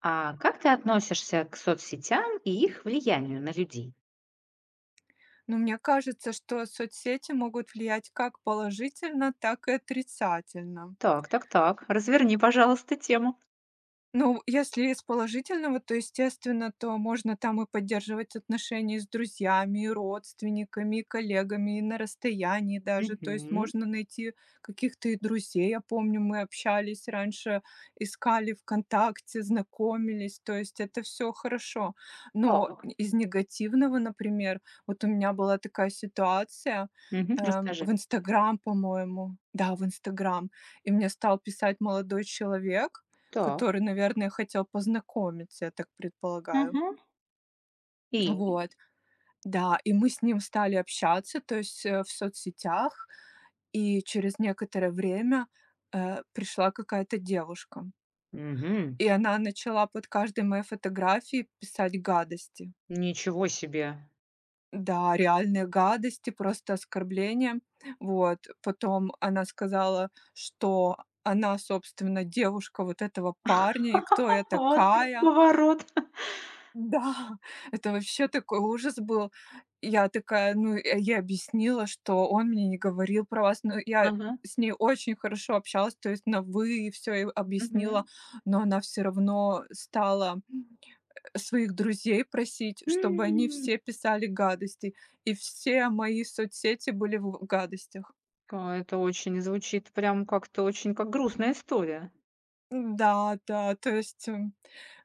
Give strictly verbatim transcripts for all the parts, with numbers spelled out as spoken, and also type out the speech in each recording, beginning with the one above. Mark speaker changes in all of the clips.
Speaker 1: А как ты относишься к соцсетям и их влиянию на людей?
Speaker 2: Но мне кажется, что соцсети могут влиять как положительно, так и отрицательно.
Speaker 1: Так, так, так. Разверни, пожалуйста, тему.
Speaker 2: Ну, если из положительного, то, естественно, то можно там и поддерживать отношения с друзьями, и родственниками, и коллегами, и на расстоянии даже. То есть
Speaker 1: Мгм.
Speaker 2: можно найти каких-то и друзей. Я помню, мы общались раньше, искали ВКонтакте, знакомились. То есть это все хорошо. Но
Speaker 1: Так.
Speaker 2: из негативного, например, вот у меня была такая ситуация
Speaker 1: Мгм.
Speaker 2: эм,
Speaker 1: Расскажи.
Speaker 2: в Инстаграм, по-моему. Да, в Инстаграм. И мне стал писать молодой человек,
Speaker 1: Так.
Speaker 2: который, наверное, хотел познакомиться, я так предполагаю.
Speaker 1: Мгм. И?
Speaker 2: Вот, да, и мы с ним стали общаться, то есть, э, в соцсетях, и через некоторое время, э, пришла какая-то девушка.
Speaker 1: Мгм.
Speaker 2: И она начала под каждой моей фотографией писать гадости.
Speaker 1: Ничего себе.
Speaker 2: Да, реальные гадости, просто оскорбления. Вот, потом она сказала, что она, собственно, девушка вот этого парня, и кто я
Speaker 1: Вот так
Speaker 2: такая.
Speaker 1: поворот.
Speaker 2: Да, это вообще такой ужас был. Я такая, ну, э, я ей объяснила, что он мне не говорил про вас, но я
Speaker 1: Ага.
Speaker 2: с ней очень хорошо общалась, то есть на вы и всё объяснила,
Speaker 1: Мгм.
Speaker 2: но она все равно стала своих друзей просить, чтобы они
Speaker 1: М.
Speaker 2: все писали гадости, и все мои соцсети были в гадостях.
Speaker 1: Ка- Это очень звучит прям как-то очень как грустная история.
Speaker 2: Да, да, то есть, м,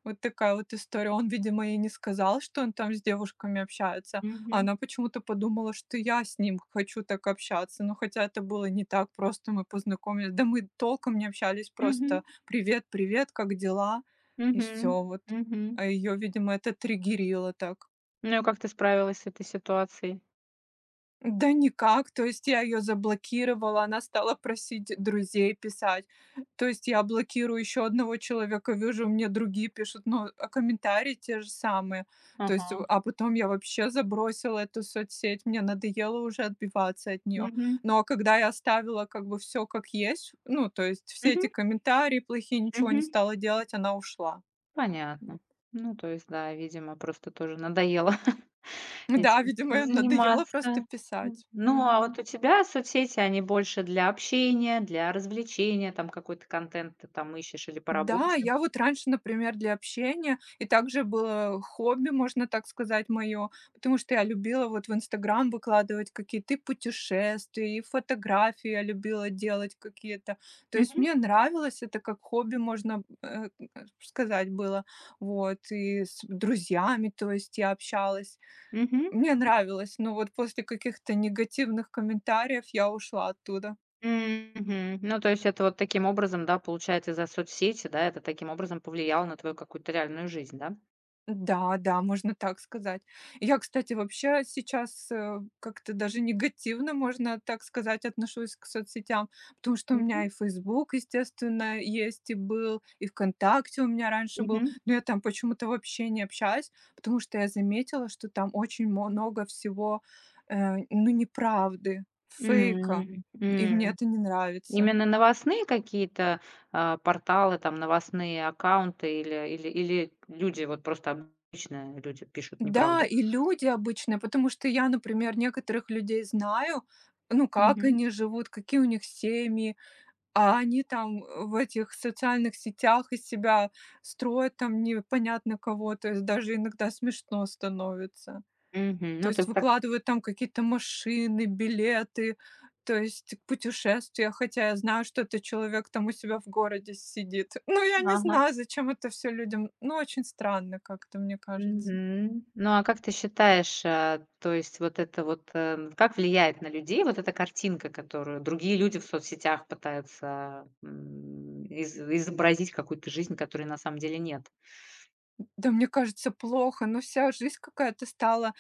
Speaker 2: вот такая вот история. Он, видимо, ей не сказал, что он там с девушками общается, а
Speaker 1: Мгм.
Speaker 2: она почему-то подумала, что я с ним хочу так общаться. Но хотя это было не так, просто мы познакомились. Да мы толком не общались, просто:
Speaker 1: Мгм.
Speaker 2: "Привет, привет, как дела?" И
Speaker 1: Мгм.
Speaker 2: все вот.
Speaker 1: Мгм.
Speaker 2: А ее, видимо, это триггерило так.
Speaker 1: Ну и как ты справилась с этой ситуацией?
Speaker 2: Да никак, то есть я ее заблокировала, она стала просить друзей писать. То есть я блокирую еще одного человека, вижу, мне другие пишут, ну, а комментарии те же самые. То есть, в
Speaker 1: Ага.
Speaker 2: а потом я вообще забросила эту соцсеть, мне надоело уже отбиваться от нее,
Speaker 1: Мгм.
Speaker 2: но а когда я оставила как бы все как есть, ну, то есть все
Speaker 1: Мгм.
Speaker 2: эти комментарии плохие, ничего не
Speaker 1: Мгм.
Speaker 2: стала делать, она ушла. Вот.
Speaker 1: Понятно. Ну, то есть, да, видимо, просто тоже надоело
Speaker 2: Да,
Speaker 1: этим
Speaker 2: видимо, ей надоело просто
Speaker 1: заниматься. М.
Speaker 2: писать.
Speaker 1: Ну, а вот
Speaker 2: Мгм.
Speaker 1: у тебя соцсети, они больше для общения, для развлечения, там какой-то контент ты там ищешь или по
Speaker 2: Да,
Speaker 1: работе?
Speaker 2: я вот раньше, например, для общения, и также было хобби, можно так сказать, мое, потому что я любила вот в Инстаграм выкладывать какие-то и путешествия, и фотографии я любила делать какие-то. То есть
Speaker 1: Мгм,
Speaker 2: мне нравилось это как хобби, можно э, э, сказать, было. Вот, и с друзьями, то есть я общалась.
Speaker 1: мгм,
Speaker 2: Мне нравилось, но вот после каких-то негативных комментариев я ушла оттуда.
Speaker 1: мгм. Ну, то есть это вот таким образом, да, получается, из-за соцсети, да, это таким образом повлияло на твою какую-то реальную жизнь, да?
Speaker 2: Да, да, можно так сказать. Я, кстати, вообще сейчас, э, как-то даже негативно, можно так сказать, отношусь к соцсетям, потому что у
Speaker 1: Мгм,
Speaker 2: меня и Facebook, естественно, есть и был, и "ВКонтакте" у меня раньше был,
Speaker 1: мгм.
Speaker 2: но я там почему-то вообще не общаюсь, потому что я заметила, что там очень мо- много всего, э, ну, неправды, фейка,
Speaker 1: М,
Speaker 2: и мне
Speaker 1: м.
Speaker 2: это не нравится.
Speaker 1: Именно новостные какие-то, а, порталы, там новостные аккаунты, или или или люди, вот просто обычные люди пишут
Speaker 2: Да,
Speaker 1: неправду?
Speaker 2: и люди обычные, потому что я, например, некоторых людей знаю, ну, как
Speaker 1: Мгм.
Speaker 2: они живут, какие у них семьи, а они там э, в этих социальных сетях из себя строят там непонятно кого, то есть даже иногда смешно становится.
Speaker 1: Мгм.
Speaker 2: То
Speaker 1: Ну, то
Speaker 2: есть
Speaker 1: есть так.
Speaker 2: выкладывают там какие-то машины, билеты, то есть путешествия, хотя я знаю, что этот человек там у себя в городе сидит. Ну, я не
Speaker 1: Ага.
Speaker 2: знаю, зачем это все людям. Ну, очень странно как-то, мне кажется.
Speaker 1: Мгм. Ну, а как ты считаешь, а, то есть вот это вот, э, как влияет на людей вот эта картинка, которую другие люди в соцсетях пытаются, м, из изобразить какую-то жизнь, которой на самом деле нет?
Speaker 2: Да, мне кажется, плохо, но вся жизнь какая-то стала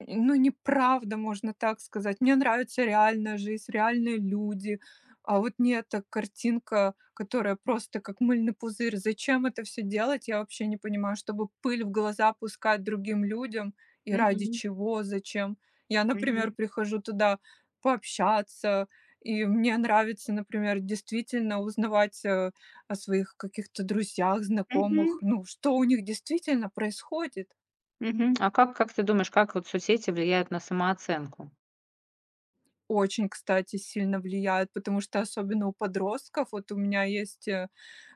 Speaker 2: ну, неправда, можно так сказать. Мне нравится реальная жизнь, реальные люди. А вот не эта картинка, которая просто как мыльный пузырь. Зачем это все делать, я вообще не понимаю. Чтобы пыль в глаза пускать другим людям и ради
Speaker 1: Мгм.
Speaker 2: чего, зачем. Я, например,
Speaker 1: Мгм.
Speaker 2: прихожу туда пообщаться, и мне нравится, например, действительно узнавать э, о своих каких-то друзьях, знакомых,
Speaker 1: Мгм.
Speaker 2: ну, что у них действительно происходит.
Speaker 1: Мгм. А как как ты думаешь, как вот соцсети влияют на самооценку?
Speaker 2: Очень, кстати, сильно влияют, потому что особенно у подростков, вот у меня есть, э,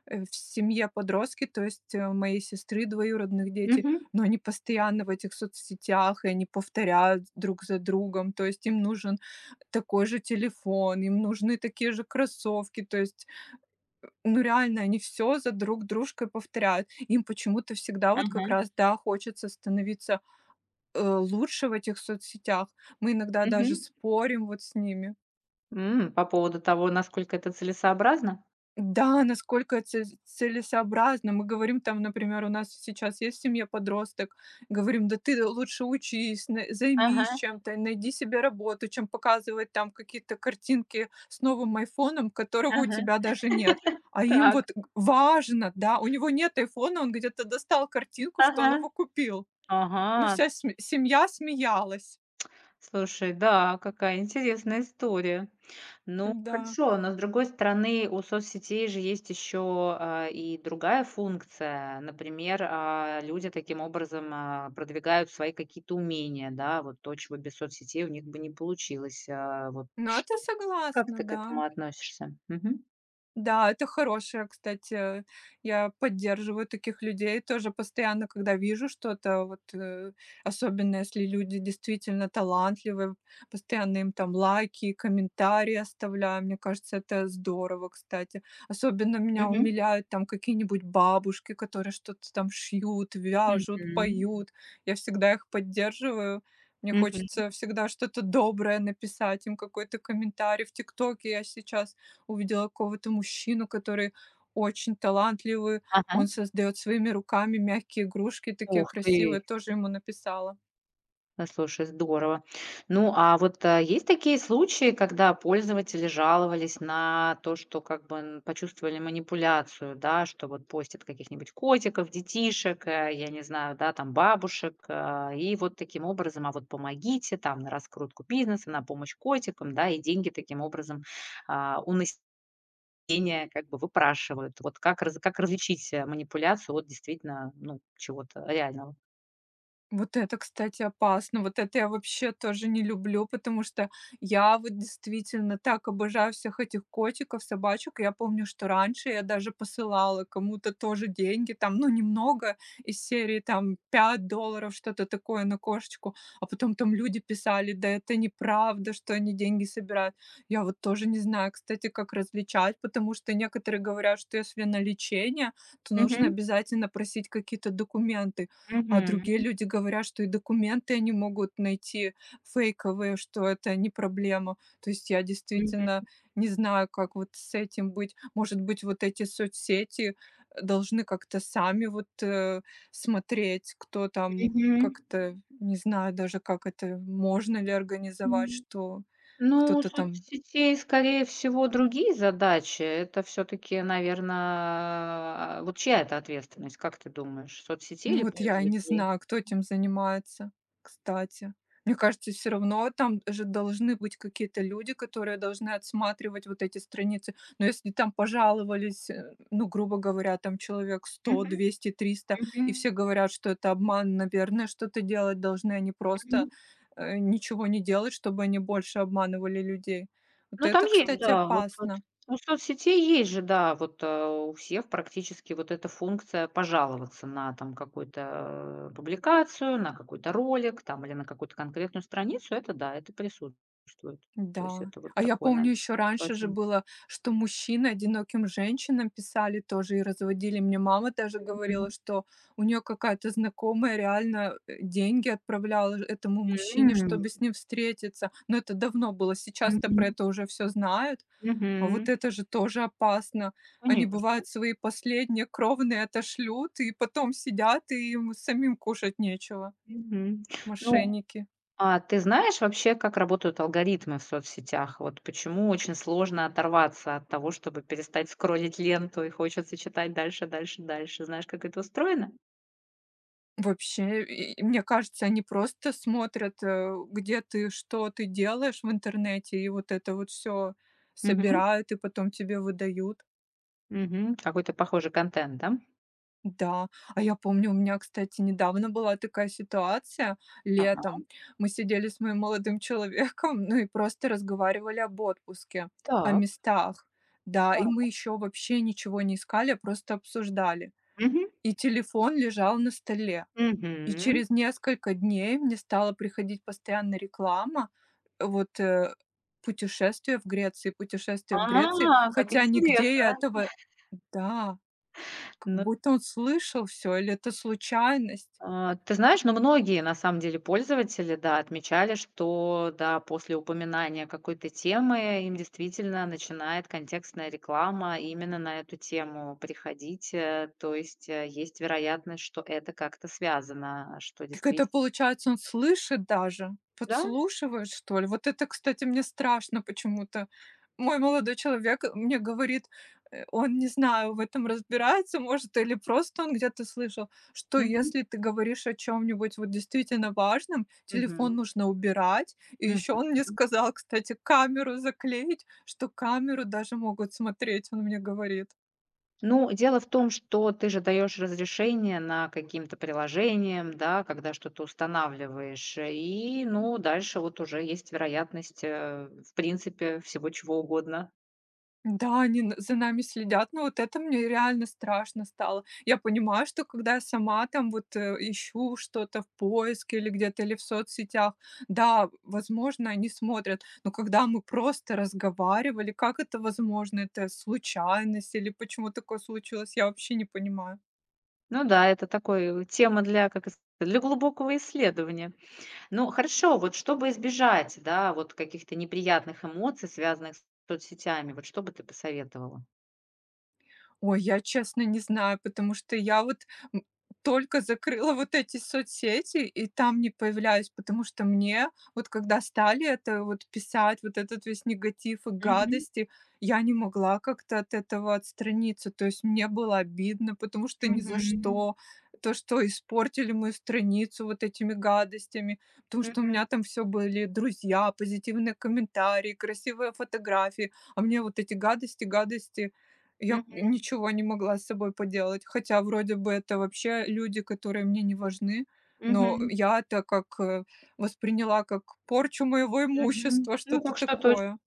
Speaker 2: э, в семье подростки, то есть, э, моей сестры двоюродных дети,
Speaker 1: Мгм.
Speaker 2: но они постоянно в этих соцсетях, и они повторяют друг за другом, то есть им нужен такой же телефон, им нужны такие же кроссовки, то есть, ну, реально они все за друг дружкой повторяют. Им почему-то всегда вот
Speaker 1: Ага.
Speaker 2: как раз, да, хочется становиться, э, лучше в этих соцсетях. Мы иногда даже
Speaker 1: Мгм.
Speaker 2: спорим вот с ними.
Speaker 1: М, по поводу того, насколько это целесообразно?
Speaker 2: Да, насколько це целесообразно. Мы говорим там, например, у нас сейчас есть в семье подросток, говорим, да ты лучше учись, на-
Speaker 1: Ага,
Speaker 2: займись чем-то, найди себе работу, чем показывать там какие-то картинки с новым айфоном, которого у
Speaker 1: ага.
Speaker 2: тебя даже нет. А им
Speaker 1: Так.
Speaker 2: вот г- важно, да, у него нет айфона, он где-то достал картинку, что
Speaker 1: Ага.
Speaker 2: он его купил.
Speaker 1: Ага.
Speaker 2: Ну, вся сме- семья смеялась.
Speaker 1: Слушай, да, какая интересная история. Ну,
Speaker 2: Да.
Speaker 1: хорошо, но с другой стороны, у соцсетей же есть еще, а, и другая функция. Например, а, люди таким образом, а, продвигают свои какие-то умения, да, вот то, чего без соцсетей у них бы не получилось. А, вот
Speaker 2: Но
Speaker 1: что
Speaker 2: это
Speaker 1: как
Speaker 2: согласна,
Speaker 1: ты к
Speaker 2: да.
Speaker 1: этому относишься? Мгм.
Speaker 2: Да, это хорошее, кстати. Я поддерживаю таких людей тоже постоянно, когда вижу что-то, вот, э, особенно если люди действительно талантливые, постоянно им там лайки, комментарии оставляю. Мне кажется, это здорово, кстати. Особенно меня
Speaker 1: Мгм.
Speaker 2: умиляют там какие-нибудь бабушки, которые что-то там шьют, вяжут,
Speaker 1: Мгм.
Speaker 2: поют. Я всегда их поддерживаю. Мне
Speaker 1: Мгм.
Speaker 2: хочется всегда что-то доброе написать им, какой-то комментарий. В ТикТоке я сейчас увидела какого-то мужчину, который очень талантливый. Он
Speaker 1: Ага.
Speaker 2: создает своими руками мягкие игрушки, такие
Speaker 1: Ух ты!
Speaker 2: красивые, тоже ему написала.
Speaker 1: А, слушай, здорово. Ну, а вот, а, есть такие случаи, когда пользователи жаловались на то, что как бы н почувствовали манипуляцию, да, что вот постят каких-нибудь котиков, детишек, э, я не знаю, да, там бабушек, а, и вот таким образом: «А вот помогите там на раскрутку бизнеса, на помощь котикам», да, и деньги таким образом, а, у населения как бы выпрашивают. Вот как раз как различить, э, манипуляцию от действительно, ну, чего-то реального?
Speaker 2: Вот это, кстати, опасно. Вот это я вообще тоже не люблю, потому что я вот действительно так обожаю всех этих котиков, собачек. Я помню, что раньше я даже посылала кому-то тоже деньги, там, ну, немного из серии там пять долларов, что-то такое на кошечку. А потом там люди писали, да это неправда, что они деньги собирают. Я вот тоже не знаю, кстати, как различать, потому что некоторые говорят, что если на лечение, то нужно
Speaker 1: Мгм,
Speaker 2: обязательно просить какие-то документы. А
Speaker 1: мгм,
Speaker 2: другие люди говорят, что и документы они могут найти фейковые, что это не проблема. То есть я действительно
Speaker 1: мгм,
Speaker 2: не знаю, как вот с этим быть. Может быть, вот эти соцсети должны как-то сами вот э, смотреть, кто там
Speaker 1: мгм.
Speaker 2: как-то, не знаю даже, как это, можно ли организовать,
Speaker 1: М.
Speaker 2: что
Speaker 1: Ну, у
Speaker 2: кто-то там.
Speaker 1: соцсетей, скорее всего, другие задачи. Это все таки наверное, вот чья это ответственность, как ты думаешь, соцсетей
Speaker 2: Ну
Speaker 1: или
Speaker 2: вот я и не
Speaker 1: пользователей?
Speaker 2: знаю, кто этим занимается, кстати. Мне кажется, все равно там же должны быть какие-то люди, которые должны отсматривать вот эти страницы. Но если там пожаловались, э, ну, грубо говоря, там человек сто,
Speaker 1: Мгм,
Speaker 2: двести, триста,
Speaker 1: мгм,
Speaker 2: и все говорят, что это обман, наверное, что-то делать должны, они просто,
Speaker 1: мгм.
Speaker 2: э, ничего не делать, чтобы они больше обманывали людей. Вот
Speaker 1: Ну, там
Speaker 2: это,
Speaker 1: есть,
Speaker 2: кстати,
Speaker 1: да, вот соц
Speaker 2: опасно.
Speaker 1: у соцсетей есть же, да, вот, э, у всех практически вот эта функция — пожаловаться на там какую-то э, публикацию, на какой-то ролик там или на какую-то конкретную страницу. Это да, это присутствует. То есть
Speaker 2: Да.
Speaker 1: это вот
Speaker 2: А я
Speaker 1: такое,
Speaker 2: помню,
Speaker 1: наверное.
Speaker 2: еще
Speaker 1: То, о
Speaker 2: раньше же
Speaker 1: чём...
Speaker 2: было, что мужчины одиноким женщинам писали тоже и разводили. Мне мама даже говорила, что у нее какая-то знакомая реально э, деньги отправляла этому мужчине,
Speaker 1: М,
Speaker 2: чтобы с ним встретиться. Но это давно было. Сейчас-то про
Speaker 1: мгм,
Speaker 2: это уже все знают. А
Speaker 1: мгм.
Speaker 2: вот это же тоже опасно. Они
Speaker 1: Конечно.
Speaker 2: бывают свои последние кровные отошлют, и потом сидят, и им самим кушать нечего.
Speaker 1: Мгм. Ну,
Speaker 2: Мошенники.
Speaker 1: а ты знаешь вообще, как работают алгоритмы в соцсетях? Вот почему очень сложно оторваться от того, чтобы перестать скроллить ленту, и хочется читать дальше, дальше, дальше. Знаешь, как это устроено?
Speaker 2: Вообще, и и мне кажется, они просто смотрят, э, где ты, что ты делаешь в интернете, и вот это вот все
Speaker 1: Мгм,
Speaker 2: собирают и потом тебе выдают.
Speaker 1: мгм. Какой-то похожий контент, да?
Speaker 2: Да, а я помню, у меня, кстати, недавно была такая ситуация
Speaker 1: Ага.
Speaker 2: летом. Мы сидели с моим молодым человеком, ну и просто разговаривали об отпуске, о
Speaker 1: Так,
Speaker 2: местах. Да, и мы
Speaker 1: так.
Speaker 2: еще вообще ничего не искали, а просто обсуждали.
Speaker 1: Мгм,
Speaker 2: И телефон лежал на столе. И
Speaker 1: мгм.
Speaker 2: через несколько дней мне стала приходить постоянно реклама, э, вот, э, путешествие в Греции, путешествие в Греции,
Speaker 1: А, как
Speaker 2: хотя нигде я
Speaker 1: интересно.
Speaker 2: этого. Да, как
Speaker 1: Ну,
Speaker 2: будто он слышал все или это случайность.
Speaker 1: А, ты знаешь, но многие, на самом деле, пользователи, да, отмечали, что, да, после упоминания какой-то темы им действительно начинает контекстная реклама именно на эту тему приходить. Э, то есть, э, есть вероятность, что это как-то связано, а что
Speaker 2: Так это
Speaker 1: действительно...
Speaker 2: получается, он слышит даже,
Speaker 1: Да?
Speaker 2: подслушивает, что ли? Вот это, кстати, мне страшно почему-то. Мой молодой человек мне говорит, э, он, не знаю, в этом разбирается, может, или просто он где-то слышал, что
Speaker 1: Мгм.
Speaker 2: если ты говоришь о чем-нибудь вот действительно важном,
Speaker 1: Мгм.
Speaker 2: телефон нужно убирать. И еще он мне сказал, кстати, камеру заклеить, что камеру даже могут смотреть, он мне говорит.
Speaker 1: Ну, дело в том, что ты же даешь разрешение на каким-то приложениям, да, когда что-то устанавливаешь, и, ну, дальше вот уже есть вероятность, э, в принципе, всего чего угодно.
Speaker 2: Да, они н за нами следят, но вот это мне реально страшно стало. Я понимаю, что когда я сама там вот, э, ищу что-то в поиске или где-то, или в соцсетях, да, возможно, они смотрят, но когда мы просто разговаривали, как это возможно? Это случайность или почему такое случилось, я вообще не понимаю.
Speaker 1: Ну да, это такой тема для, как это сказать, для глубокого исследования. Ну, хорошо, вот чтобы избежать, да, вот каких-то неприятных эмоций, связанных с соцсетями, вот что бы ты посоветовала?
Speaker 2: Ой, я честно не знаю, потому что я вот, м, только закрыла вот эти соцсети и там не появляюсь, потому что мне вот когда стали это вот писать, вот этот весь негатив и
Speaker 1: Мгм,
Speaker 2: гадости, я не могла как-то от этого отстраниться. То есть мне было обидно, потому что
Speaker 1: мгм,
Speaker 2: ни за
Speaker 1: мгм,
Speaker 2: что. То, что испортили мою страницу вот этими гадостями, потому что у меня
Speaker 1: мгм,
Speaker 2: там все были друзья, позитивные комментарии, красивые фотографии, а мне вот эти гадости, гадости я
Speaker 1: мгм.
Speaker 2: ничего не могла с собой поделать, хотя вроде бы это вообще люди, которые мне не важны, но я это как, э, восприняла как порчу моего
Speaker 1: Мгм.
Speaker 2: имущества,
Speaker 1: Ну,
Speaker 2: что-то
Speaker 1: как что-то
Speaker 2: такое.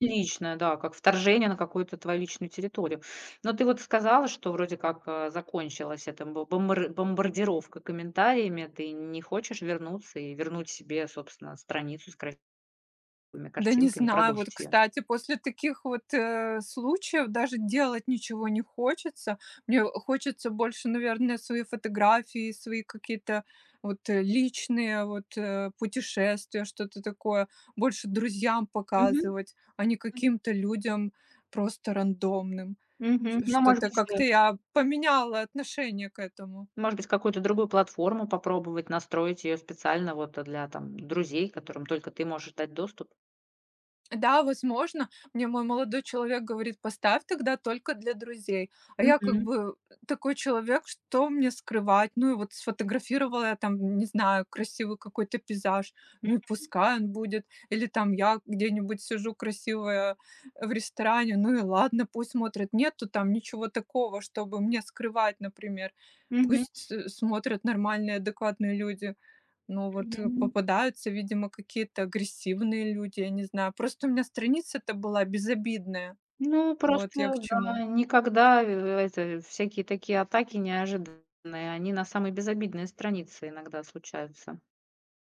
Speaker 1: личное, да, как вторжение на какую-то твою личную территорию. Но ты вот сказала, что вроде как, а, закончилась эта бо бомбар бомбардировка комментариями. Ты не хочешь вернуться и вернуть себе, собственно, страницу с красивыми
Speaker 2: Да не
Speaker 1: картинками,
Speaker 2: знаю, вот,
Speaker 1: продолжить ее?
Speaker 2: кстати, после таких вот, э, случаев даже делать ничего не хочется. Мне хочется больше, наверное, свои фотографии, свои какие-то вот, э, личные вот, э, путешествия, что-то такое, больше друзьям
Speaker 1: Мгм,
Speaker 2: показывать, а не каким-то людям просто рандомным.
Speaker 1: мгм.
Speaker 2: Ш
Speaker 1: Ну, может
Speaker 2: что-то
Speaker 1: быть, э,
Speaker 2: как-то я поменяла отношение к этому.
Speaker 1: может быть, какую-то другую платформу попробовать настроить ее специально вот, э, для там друзей, которым только ты можешь дать доступ?
Speaker 2: Да, возможно. Мне мой молодой человек говорит: "Поставь тогда только для друзей". А я как
Speaker 1: Мгм,
Speaker 2: бы такой человек, что мне скрывать? Ну и вот сфотографировала я там, не знаю, красивый какой-то пейзаж,
Speaker 1: м,
Speaker 2: ну и пускай он будет. Или там я где-нибудь сижу красивая в ресторане, ну и ладно, пусть смотрят. Нету там ничего такого, чтобы мне скрывать, например.
Speaker 1: мгм,
Speaker 2: Пусть, э, смотрят нормальные, адекватные люди. Ну вот, э,
Speaker 1: мгм.
Speaker 2: попадаются, видимо, какие-то агрессивные люди, я не знаю. Просто у меня страница-то была безобидная.
Speaker 1: Ну,
Speaker 2: Вот я к
Speaker 1: просто,
Speaker 2: чему.
Speaker 1: да, никогда, э, это, всякие такие атаки неожиданные, они на самые безобидные страницы иногда случаются.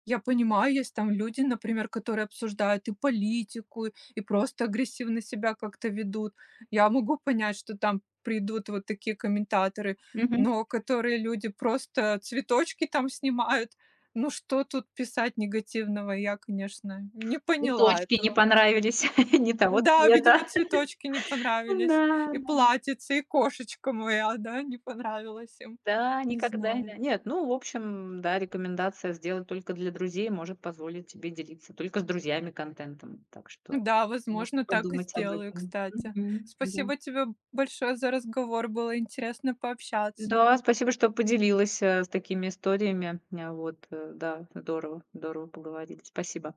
Speaker 2: Я понимаю, есть там люди, например, которые обсуждают и политику, и просто агрессивно себя как-то ведут. Я могу понять, что там придут вот такие комментаторы,
Speaker 1: Мгм.
Speaker 2: но которые люди просто цветочки там снимают. Ну что тут писать негативного? Я, конечно, не поняла
Speaker 1: Цветочки не
Speaker 2: этого.
Speaker 1: понравились, не того
Speaker 2: Да, видимо,
Speaker 1: цвета.
Speaker 2: цветочки не понравились,
Speaker 1: Да,
Speaker 2: и платьице, и кошечка моя, да, не понравилась им.
Speaker 1: да,
Speaker 2: Не
Speaker 1: никогда
Speaker 2: знаю.
Speaker 1: не Нет, ну, в общем, да, рекомендация сделать только для друзей может позволить тебе делиться только с друзьями контентом. Так что
Speaker 2: Да,
Speaker 1: можно
Speaker 2: возможно, так и
Speaker 1: подумать об
Speaker 2: сделаю,
Speaker 1: этом.
Speaker 2: кстати.
Speaker 1: Мгм, да.
Speaker 2: Спасибо тебе большое за разговор. Было интересно пообщаться.
Speaker 1: Да, спасибо, что поделилась, э, с такими историями. А, вот, э, да, здорово, здорово поговорили. Спасибо.